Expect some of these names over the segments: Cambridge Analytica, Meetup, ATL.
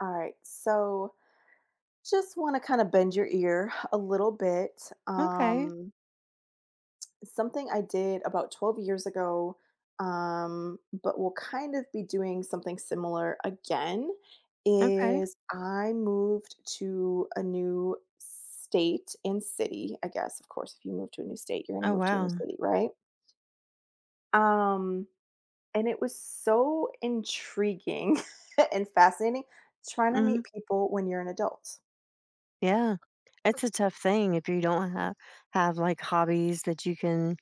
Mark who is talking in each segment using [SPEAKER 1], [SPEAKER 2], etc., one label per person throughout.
[SPEAKER 1] All right. So just want to kind of bend your ear a little bit.
[SPEAKER 2] Okay,
[SPEAKER 1] Something I did about 12 years ago, but will kind of be doing something similar again,
[SPEAKER 2] okay.
[SPEAKER 1] is I moved to a new state and city. I guess, of course, if you move to a new state, you're going to
[SPEAKER 2] Oh,
[SPEAKER 1] move to a new
[SPEAKER 2] wow.
[SPEAKER 1] city, right? Um, and it was so intriguing and fascinating trying to
[SPEAKER 2] Mhm.
[SPEAKER 1] meet people when you're an adult.
[SPEAKER 2] Yeah. It's a tough thing if you don't have, like, hobbies that you can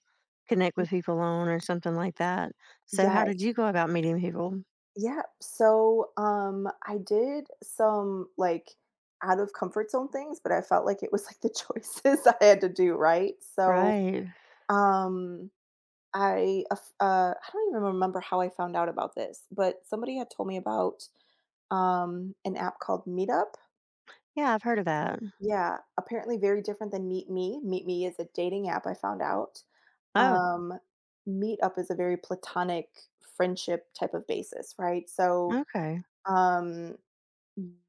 [SPEAKER 2] connect with people on or something like that. So how
[SPEAKER 1] Yes.
[SPEAKER 2] did you go about meeting people?
[SPEAKER 1] Yeah. So, I did some like out of comfort zone things, but I felt like it was like the choices I had to do, right? So,
[SPEAKER 2] Right.
[SPEAKER 1] um, I don't even remember how I found out about this, but somebody had told me about an app called Meetup.
[SPEAKER 2] Yeah, I've heard of that.
[SPEAKER 1] Yeah, apparently very different than Meet Me. Meet Me is a dating app I found out.
[SPEAKER 2] Oh,
[SPEAKER 1] Um, Meetup is a very platonic friendship type of basis, right? So,
[SPEAKER 2] okay.
[SPEAKER 1] um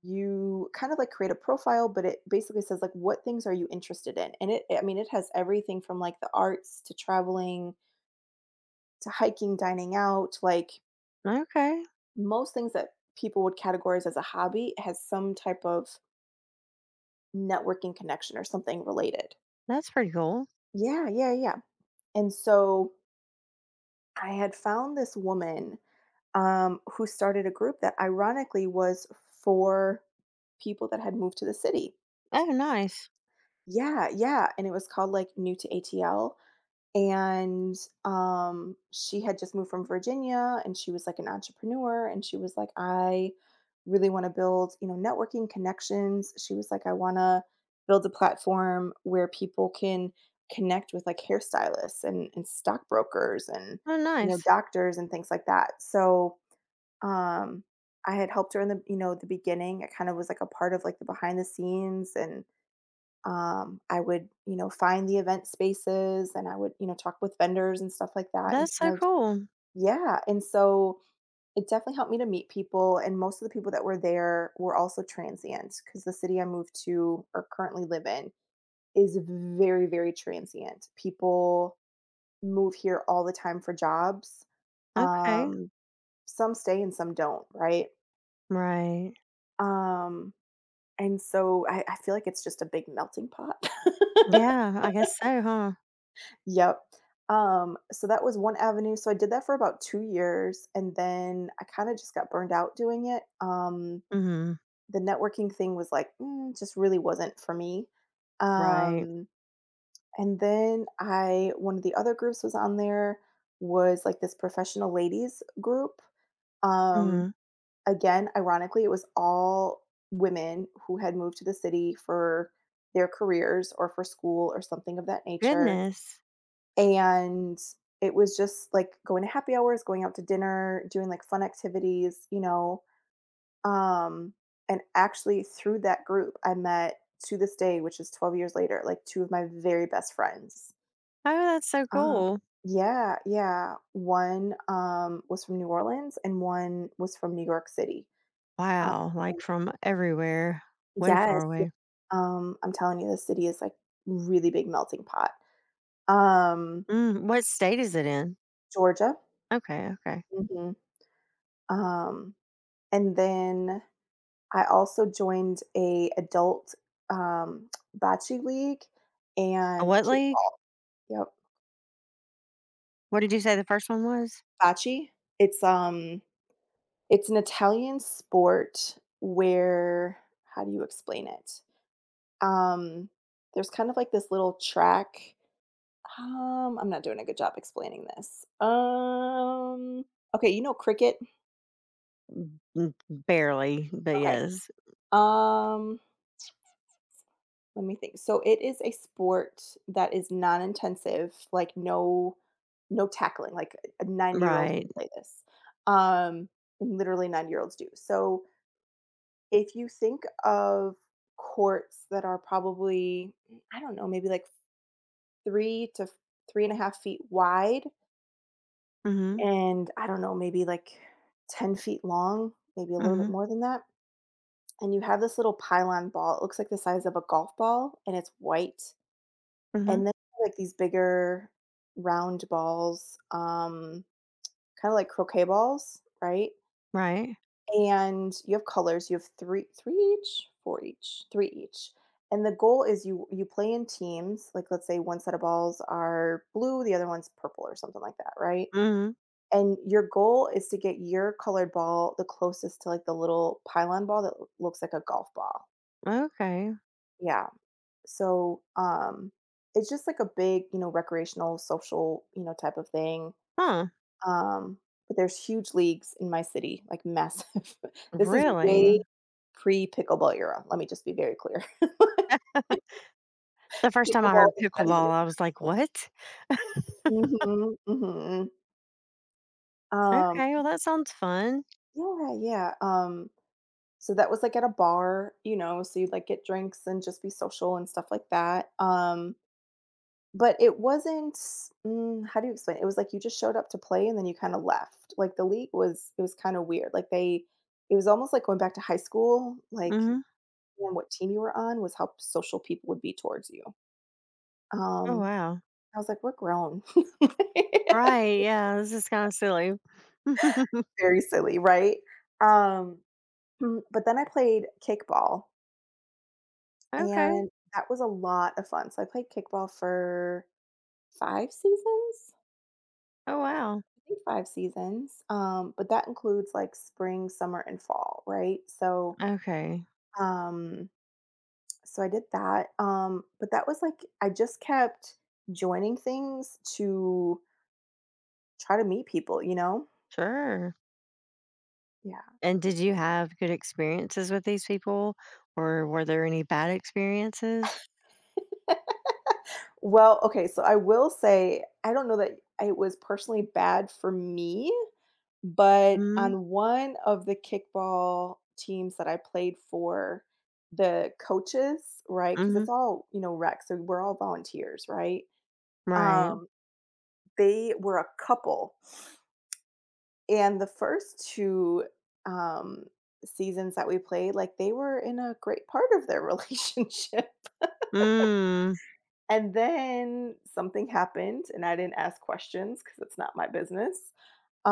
[SPEAKER 1] you kind of like create a profile, but it basically says like what things are you interested in? And it I mean it has everything from like the arts to traveling to hiking, dining out, like
[SPEAKER 2] Okay.
[SPEAKER 1] most things that people would categorize as a hobby has some type of networking connection or something related.
[SPEAKER 2] That's pretty cool.
[SPEAKER 1] Yeah, yeah, yeah. And so I had found this woman who started a group that ironically was for people that had moved to the city.
[SPEAKER 2] Oh, nice.
[SPEAKER 1] Yeah, yeah. And it was called like New to ATL. And she had just moved from Virginia, and she was like an entrepreneur, and she was like, I really want to build, you know, networking connections. She was like, I want to build a platform where people can connect with like hairstylists and stockbrokers and
[SPEAKER 2] Oh,
[SPEAKER 1] you know
[SPEAKER 2] nice.
[SPEAKER 1] doctors and things like that. So um, I had helped her in the you know the beginning. It kind of was like a part of like the behind the scenes and I would, you know, find the event spaces and I would, you know, talk with vendors and stuff like that and
[SPEAKER 2] That's so
[SPEAKER 1] kind of.
[SPEAKER 2] cool.
[SPEAKER 1] Yeah, and so it definitely helped me to meet people and most of the people that were there were also transient because the city I moved to or currently live in is very, very transient. People move here all the time for jobs.
[SPEAKER 2] Okay.
[SPEAKER 1] Um, some stay and some don't, right?
[SPEAKER 2] Right.
[SPEAKER 1] Um, and so I feel like it's just a big melting pot.
[SPEAKER 2] Yeah, I guess so, huh?
[SPEAKER 1] Yep. So that was one avenue. So I did that for about 2 years, and then I kinda just got burned out doing it. Um,
[SPEAKER 2] Mhm.
[SPEAKER 1] the networking thing was like, just really wasn't for me.
[SPEAKER 2] Right.
[SPEAKER 1] Um, and then I one of the other groups was on there was, like, this professional ladies group. Um,
[SPEAKER 2] Mhm.
[SPEAKER 1] again, ironically, it was all women who had moved to the city for their careers or for school or something of that nature.
[SPEAKER 2] Goodness.
[SPEAKER 1] And it was just, like, going to happy hours, going out to dinner, doing, like, fun activities, you know? Um, and actually through that group, I met, to this day, which is 12 years later, like, 2 of my very best friends.
[SPEAKER 2] Oh, that's so
[SPEAKER 1] Uh
[SPEAKER 2] cool.
[SPEAKER 1] Yeah, yeah. One, was from New Orleans and one was from New York City. Um
[SPEAKER 2] Wow, like, from everywhere, way far
[SPEAKER 1] Yes. Yeah,
[SPEAKER 2] away.
[SPEAKER 1] I'm telling you, the city is, like, really big melting pot. Um,
[SPEAKER 2] Mm, what state is it in?
[SPEAKER 1] Georgia.
[SPEAKER 2] Okay, okay.
[SPEAKER 1] Mhm. Um And then I also joined a adult, um, bocce league
[SPEAKER 2] A
[SPEAKER 1] and
[SPEAKER 2] what league?
[SPEAKER 1] kickball. Yep,
[SPEAKER 2] What did you say the first one was?
[SPEAKER 1] bocce. It's, um it's an Italian sport where how do you explain it? Um, there's kind of like this little track. I'm not doing a good job explaining this. Okay, you know cricket?
[SPEAKER 2] M barely, but
[SPEAKER 1] Okay.
[SPEAKER 2] yes.
[SPEAKER 1] Um Let me think. So it is a sport that is non-intensive, like no tackling. Like a 90-year-old
[SPEAKER 2] Right.
[SPEAKER 1] can play this. Um, and literally 90-year-olds do. So if you think of courts that are probably, I don't know, maybe like 3 to 3.5 feet wide
[SPEAKER 2] Mhm,
[SPEAKER 1] and I don't know, maybe like 10 feet long, maybe a little bit
[SPEAKER 2] mhm,
[SPEAKER 1] more than that. And you have this little pylon ball. It looks like the size of a golf ball and it's white.
[SPEAKER 2] mhm,
[SPEAKER 1] And then like these bigger round balls, kind of like croquet balls, right?
[SPEAKER 2] right.
[SPEAKER 1] And you have colors. You have three, three each, four each, three each. And the goal is you play in teams. Like let's say one set of balls are blue, the other one's purple or something like that, right?
[SPEAKER 2] Mhm,
[SPEAKER 1] And your goal is to get your colored ball the closest to like the little pylon ball that looks like a golf ball.
[SPEAKER 2] okay.
[SPEAKER 1] Yeah. So, it's just like a big, you know, recreational, social, you know, type of thing.
[SPEAKER 2] Huh,
[SPEAKER 1] Um, but there's huge leagues in my city, like massive. This is
[SPEAKER 2] really?
[SPEAKER 1] way pre pickleball era. Let me just be very clear.
[SPEAKER 2] The first time I
[SPEAKER 1] Pickleball
[SPEAKER 2] heard
[SPEAKER 1] did not even.
[SPEAKER 2] pickleball, I was like, "What?"
[SPEAKER 1] Mhm, mhm. Um,
[SPEAKER 2] Okay, well, that sounds fun.
[SPEAKER 1] yeah, yeah. So that was like at a bar, you know. So you'd like get drinks and just be social and stuff like that. But it wasn't. How do you explain it? It was like you just showed up to play and then you kinda left. Like, the league was, it was kinda weird. Like, they it was almost like going back to high school, like,
[SPEAKER 2] Mhm.
[SPEAKER 1] and what team you were on was how social people would be towards you.
[SPEAKER 2] Oh,
[SPEAKER 1] Um,
[SPEAKER 2] wow.
[SPEAKER 1] I was like, "We're grown."
[SPEAKER 2] Right, yeah, this is kinda silly.
[SPEAKER 1] Very silly, right? Um, but then I played kickball,
[SPEAKER 2] Okay.
[SPEAKER 1] and that was a lot of fun. So I played kickball for 5 seasons?
[SPEAKER 2] Oh, wow.
[SPEAKER 1] Think 5 seasons, but that includes like spring, summer, and fall, right? So,
[SPEAKER 2] Okay,
[SPEAKER 1] um, so I did that, but that was like I just kept joining things to try to meet people, you know?
[SPEAKER 2] sure.
[SPEAKER 1] Yeah.
[SPEAKER 2] And did you have good experiences with these people, or were there any bad experiences?
[SPEAKER 1] Well, okay, so I will say I don't know that it was personally bad for me, but
[SPEAKER 2] Mhm,
[SPEAKER 1] on one of the kickball teams that I played for, the coaches, right? Because
[SPEAKER 2] mhm,
[SPEAKER 1] it's all, you know, rec, so we're all volunteers, right?
[SPEAKER 2] right.
[SPEAKER 1] Um, they were a couple, and the first 2, um, seasons that we played, like, they were in a great part of their relationship,
[SPEAKER 2] Mm,
[SPEAKER 1] and then something happened, and I didn't ask questions because it's not my business.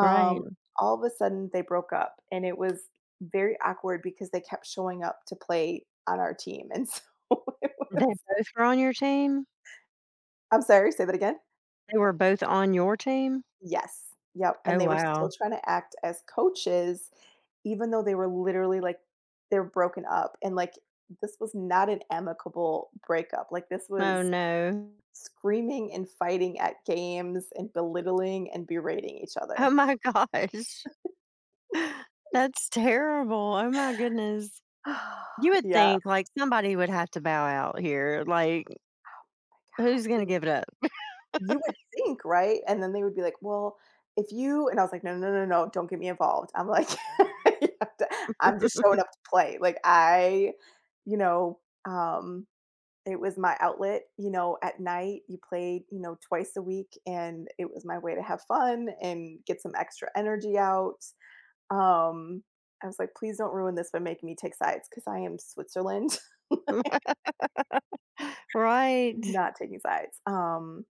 [SPEAKER 2] right.
[SPEAKER 1] all of a sudden, they broke up, and it was very awkward because they kept showing up to play on our team, and so it was
[SPEAKER 2] They both were on your team?
[SPEAKER 1] I'm sorry, say that again?
[SPEAKER 2] They were both on your team?
[SPEAKER 1] Yes. Yep, and
[SPEAKER 2] Oh,
[SPEAKER 1] they were still
[SPEAKER 2] wow.
[SPEAKER 1] trying to act as coaches even though they were literally, like, they're broken up, and, like, this was not an amicable breakup, like, this
[SPEAKER 2] Oh,
[SPEAKER 1] was
[SPEAKER 2] no.
[SPEAKER 1] screaming and fighting at games and belittling and berating each
[SPEAKER 2] Oh,
[SPEAKER 1] other.
[SPEAKER 2] my gosh. That's terrible. Oh, my goodness. You would
[SPEAKER 1] Yeah.
[SPEAKER 2] think, like, somebody would have to bow out here. Like, who's gonna give it up?
[SPEAKER 1] You would think, right? And then they would be like, "Well, if you," and I was like, "No, no, no, no, don't get me involved." I'm like, "You have to-" "I'm just showing up to play, like, I," you know, um It was my outlet, you know, at night you played, you know, twice a week and it was my way to have fun and get some extra energy out. Um, I was like, please don't ruin this by making me take sides because I am Switzerland,
[SPEAKER 2] Right.
[SPEAKER 1] not taking sides. Um,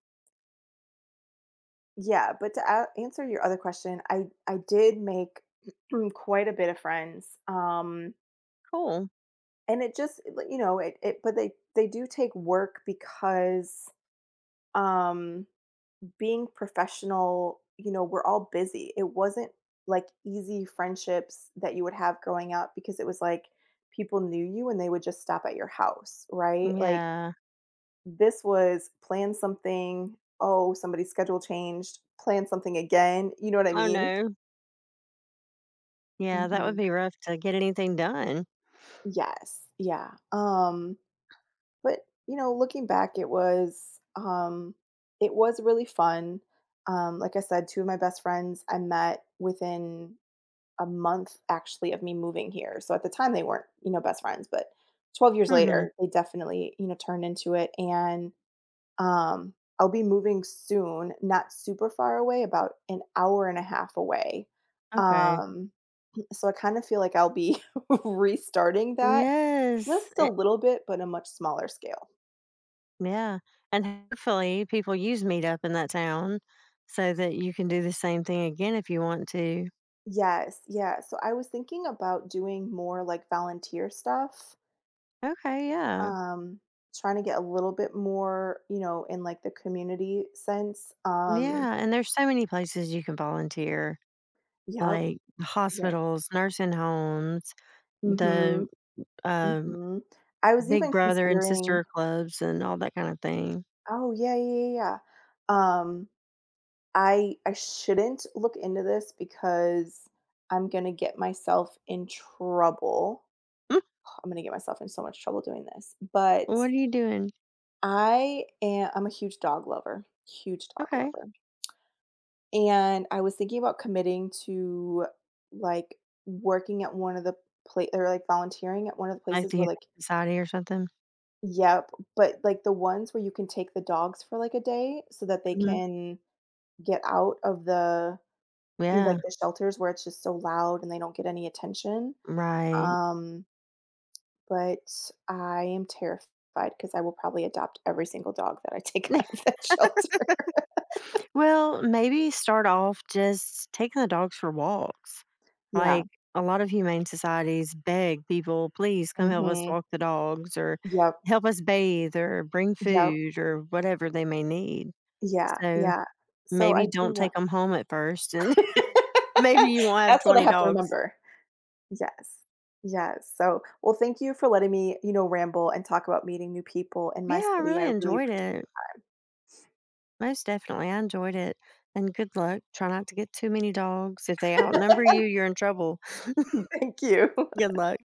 [SPEAKER 1] yeah, but to answer your other question, I did make quite a bit of friends. Um,
[SPEAKER 2] Cool.
[SPEAKER 1] and it just like, you know, it but they do take work because um being professional, you know, we're all busy. It wasn't like easy friendships that you would have growing up because it was like people knew you and they would just stop at your house, right? Like,
[SPEAKER 2] Yeah.
[SPEAKER 1] this was plan something, oh, somebody's schedule changed, plan something again. You know what I
[SPEAKER 2] Oh,
[SPEAKER 1] mean?
[SPEAKER 2] no. Yeah, that would
[SPEAKER 1] Hmm.
[SPEAKER 2] be rough to get anything done.
[SPEAKER 1] Yes. Yeah. But you know, looking back, it was really fun. Like I said, two of my best friends I met within a month actually of me moving here. So at the time they weren't, you know, best friends, but 12 years
[SPEAKER 2] Mhm.
[SPEAKER 1] later, they definitely, you know, turned into it. And um I'll be moving soon, not super far away, about an hour and a half away.
[SPEAKER 2] Okay.
[SPEAKER 1] Um so I kind of feel like I'll be restarting that
[SPEAKER 2] Yes.
[SPEAKER 1] just a
[SPEAKER 2] It,
[SPEAKER 1] little bit, but a much smaller scale.
[SPEAKER 2] yeah. And hopefully people use Meetup in that town so that you can do the same thing again if you want to.
[SPEAKER 1] Yes, yeah. So I was thinking about doing more like volunteer stuff.
[SPEAKER 2] Okay, yeah.
[SPEAKER 1] Um, trying to get a little bit more, you know, in, like, the community sense.
[SPEAKER 2] Yeah, and there's so many places you can volunteer,
[SPEAKER 1] Yep,
[SPEAKER 2] like
[SPEAKER 1] yep.
[SPEAKER 2] hospitals, nursing homes, the
[SPEAKER 1] Mhm,
[SPEAKER 2] um,
[SPEAKER 1] mhm. I was
[SPEAKER 2] Big
[SPEAKER 1] even
[SPEAKER 2] Brother and
[SPEAKER 1] considering.
[SPEAKER 2] Sister clubs and all that kind of thing.
[SPEAKER 1] Oh, yeah, yeah, yeah, yeah. I shouldn't look into this because I'm gonna get myself in trouble. I'm gonna get myself in so much trouble doing this, but
[SPEAKER 2] What are you doing?
[SPEAKER 1] I'm a huge dog lover, huge dog
[SPEAKER 2] Okay.
[SPEAKER 1] lover. And I was thinking about committing to, like, working at one of the place, or, like, volunteering at one of the
[SPEAKER 2] Like
[SPEAKER 1] places
[SPEAKER 2] the
[SPEAKER 1] where,
[SPEAKER 2] Humane
[SPEAKER 1] like,
[SPEAKER 2] Society or something?
[SPEAKER 1] yep, but, like, the ones where you can take the dogs for, like, a day so that they
[SPEAKER 2] Mhm.
[SPEAKER 1] can get out of the you know,
[SPEAKER 2] Yeah.
[SPEAKER 1] like, the shelters where it's just so loud and they don't get any attention.
[SPEAKER 2] Right.
[SPEAKER 1] Um, but I am terrified because I will probably adopt every single dog that I take out of that shelter.
[SPEAKER 2] Well, maybe start off just taking the dogs for walks.
[SPEAKER 1] Yeah.
[SPEAKER 2] Like a lot of humane societies beg people, please come help us
[SPEAKER 1] Mhm.
[SPEAKER 2] walk the dogs or
[SPEAKER 1] Yep.
[SPEAKER 2] help us bathe or bring
[SPEAKER 1] Yep.
[SPEAKER 2] food or whatever they may need.
[SPEAKER 1] Yeah,
[SPEAKER 2] So
[SPEAKER 1] yeah. So I
[SPEAKER 2] maybe
[SPEAKER 1] do
[SPEAKER 2] don't take
[SPEAKER 1] want.
[SPEAKER 2] them home at first and maybe you won't have
[SPEAKER 1] That's what I
[SPEAKER 2] 20
[SPEAKER 1] have to
[SPEAKER 2] dogs.
[SPEAKER 1] remember. Yes. Yes. So, well, thank you for letting me, you know, ramble and talk about meeting new people in my
[SPEAKER 2] Yeah, I
[SPEAKER 1] city. I
[SPEAKER 2] really
[SPEAKER 1] really
[SPEAKER 2] enjoyed
[SPEAKER 1] appreciate
[SPEAKER 2] it.
[SPEAKER 1] it.
[SPEAKER 2] Most definitely. I enjoyed it. And good luck. Try not to get too many dogs. If they outnumber you, you're in trouble.
[SPEAKER 1] Thank you.
[SPEAKER 2] Good luck.